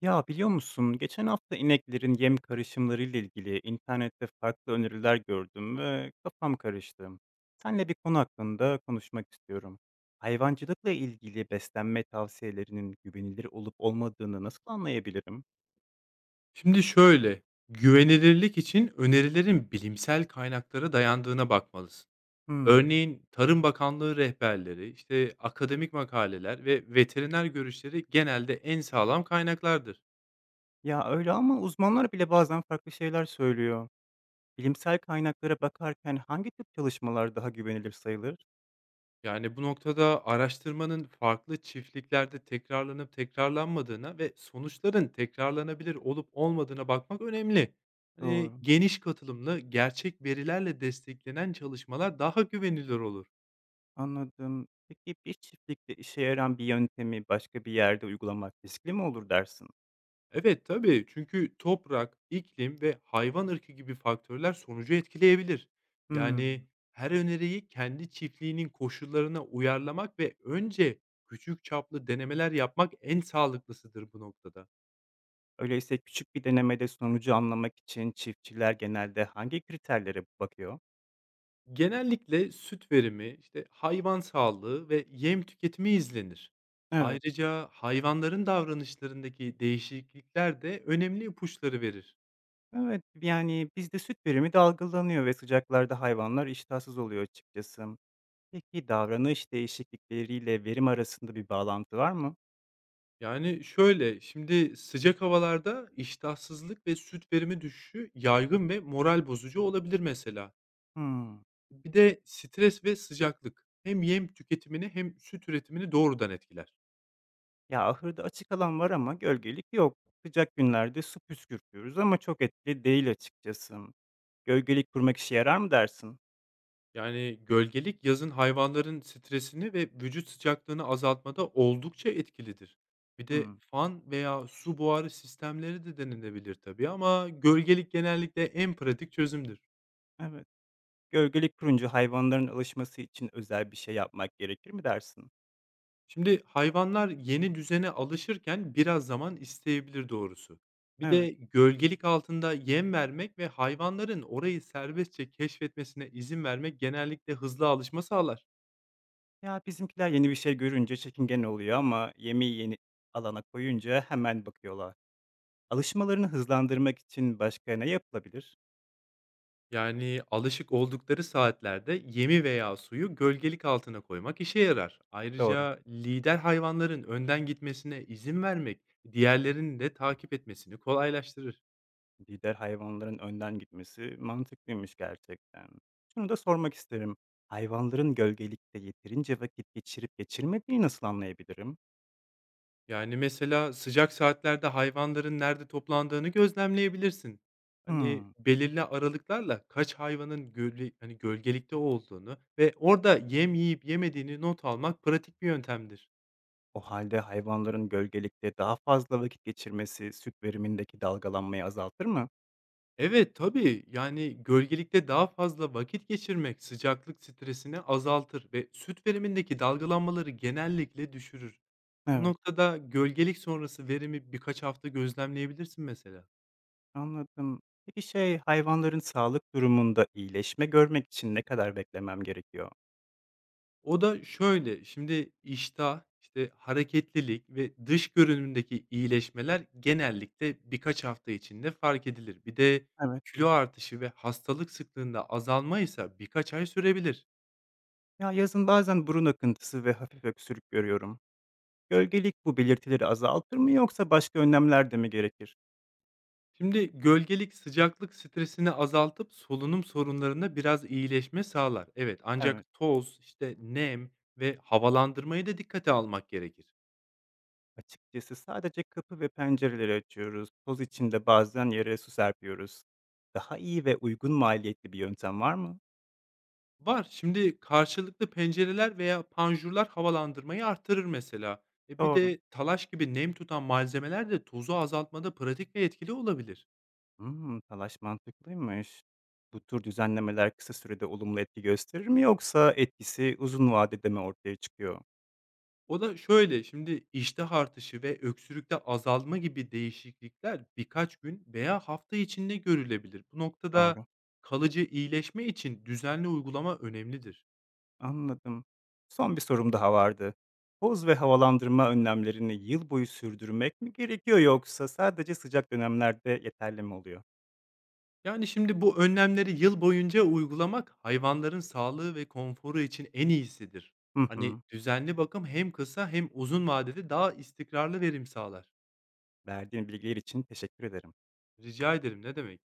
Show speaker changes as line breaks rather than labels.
Ya biliyor musun, geçen hafta ineklerin yem karışımlarıyla ilgili internette farklı öneriler gördüm ve kafam karıştı. Seninle bir konu hakkında konuşmak istiyorum. Hayvancılıkla ilgili beslenme tavsiyelerinin güvenilir olup olmadığını nasıl anlayabilirim?
Şimdi şöyle, güvenilirlik için önerilerin bilimsel kaynaklara dayandığına bakmalısın.
Hmm.
Örneğin Tarım Bakanlığı rehberleri, işte akademik makaleler ve veteriner görüşleri genelde en sağlam kaynaklardır.
Ya öyle ama uzmanlar bile bazen farklı şeyler söylüyor. Bilimsel kaynaklara bakarken hangi tip çalışmalar daha güvenilir sayılır?
Yani bu noktada araştırmanın farklı çiftliklerde tekrarlanıp tekrarlanmadığına ve sonuçların tekrarlanabilir olup olmadığına bakmak önemli. Hani
Doğru.
geniş katılımlı, gerçek verilerle desteklenen çalışmalar daha güvenilir olur.
Anladım. Peki bir çiftlikte işe yarayan bir yöntemi başka bir yerde uygulamak riskli mi olur dersin?
Evet, tabii. Çünkü toprak, iklim ve hayvan ırkı gibi faktörler sonucu etkileyebilir.
Hmm.
Yani her öneriyi kendi çiftliğinin koşullarına uyarlamak ve önce küçük çaplı denemeler yapmak en sağlıklısıdır bu noktada.
Öyleyse küçük bir denemede sonucu anlamak için çiftçiler genelde hangi kriterlere bakıyor?
Genellikle süt verimi, işte hayvan sağlığı ve yem tüketimi izlenir.
Evet.
Ayrıca hayvanların davranışlarındaki değişiklikler de önemli ipuçları verir.
Evet, yani bizde süt verimi dalgalanıyor ve sıcaklarda hayvanlar iştahsız oluyor açıkçası. Peki davranış değişiklikleriyle verim arasında bir bağlantı var mı?
Yani, şöyle, şimdi sıcak havalarda iştahsızlık ve süt verimi düşüşü yaygın ve moral bozucu olabilir mesela.
Hmm.
Bir de stres ve sıcaklık hem yem tüketimini hem süt üretimini doğrudan etkiler.
Ya ahırda açık alan var ama gölgelik yok. Sıcak günlerde su püskürtüyoruz ama çok etkili değil açıkçası. Gölgelik kurmak işe yarar mı dersin?
Yani gölgelik yazın hayvanların stresini ve vücut sıcaklığını azaltmada oldukça etkilidir. Bir de
Hımm,
fan veya su buharı sistemleri de denilebilir tabii ama gölgelik genellikle en pratik çözümdür.
evet. Gölgelik kurunca hayvanların alışması için özel bir şey yapmak gerekir mi dersin?
Şimdi hayvanlar yeni düzene alışırken biraz zaman isteyebilir doğrusu. Bir
Evet.
de gölgelik altında yem vermek ve hayvanların orayı serbestçe keşfetmesine izin vermek genellikle hızlı alışma sağlar.
Ya, bizimkiler yeni bir şey görünce çekingen oluyor ama yemeği yeni alana koyunca hemen bakıyorlar. Alışmalarını hızlandırmak için başka ne yapılabilir?
Yani alışık oldukları saatlerde yemi veya suyu gölgelik altına koymak işe yarar.
Doğru.
Ayrıca lider hayvanların önden gitmesine izin vermek diğerlerinin de takip etmesini kolaylaştırır.
Lider hayvanların önden gitmesi mantıklıymış gerçekten. Şunu da sormak isterim. Hayvanların gölgelikte yeterince vakit geçirip geçirmediğini nasıl anlayabilirim?
Yani, mesela sıcak saatlerde hayvanların nerede toplandığını gözlemleyebilirsin. Hani,
Hımm.
belirli aralıklarla kaç hayvanın gölge, hani, gölgelikte olduğunu ve orada yem yiyip yemediğini not almak pratik bir yöntemdir.
O halde hayvanların gölgelikte daha fazla vakit geçirmesi süt verimindeki dalgalanmayı azaltır mı?
Evet, tabii, yani, gölgelikte daha fazla vakit geçirmek sıcaklık stresini azaltır ve süt verimindeki dalgalanmaları genellikle düşürür. Bu
Evet,
noktada gölgelik sonrası verimi birkaç hafta gözlemleyebilirsin mesela.
anladım. Peki şey, hayvanların sağlık durumunda iyileşme görmek için ne kadar beklemem gerekiyor?
O da şöyle, şimdi iştah, işte, hareketlilik ve dış görünümdeki iyileşmeler genellikle birkaç hafta içinde fark edilir. Bir de
Evet.
kilo artışı ve hastalık sıklığında azalma ise birkaç ay sürebilir.
Ya yazın bazen burun akıntısı ve hafif öksürük görüyorum. Gölgelik bu belirtileri azaltır mı yoksa başka önlemler de mi gerekir?
Şimdi gölgelik sıcaklık stresini azaltıp solunum sorunlarında biraz iyileşme sağlar. Evet,
Evet.
ancak toz, işte nem ve havalandırmayı da dikkate almak gerekir.
Açıkçası sadece kapı ve pencereleri açıyoruz. Toz içinde bazen yere su serpiyoruz. Daha iyi ve uygun maliyetli bir yöntem var mı?
Var. Şimdi karşılıklı pencereler veya panjurlar havalandırmayı artırır mesela. E bir
Doğru.
de talaş gibi nem tutan malzemeler de tozu azaltmada pratik ve etkili olabilir.
Hımm, talaş mantıklıymış. Bu tür düzenlemeler kısa sürede olumlu etki gösterir mi yoksa etkisi uzun vadede mi ortaya çıkıyor?
O da şöyle, şimdi iştah artışı ve öksürükte azalma gibi değişiklikler birkaç gün veya hafta içinde görülebilir. Bu noktada
Doğru,
kalıcı iyileşme için düzenli uygulama önemlidir.
anladım. Son bir sorum daha vardı. Poz ve havalandırma önlemlerini yıl boyu sürdürmek mi gerekiyor yoksa sadece sıcak dönemlerde yeterli mi oluyor?
Yani, şimdi bu önlemleri yıl boyunca uygulamak hayvanların sağlığı ve konforu için en iyisidir.
Hı
Hani,
hı.
düzenli bakım hem kısa hem uzun vadede daha istikrarlı verim sağlar.
Verdiğin bilgiler için teşekkür ederim.
Rica ederim, ne demek.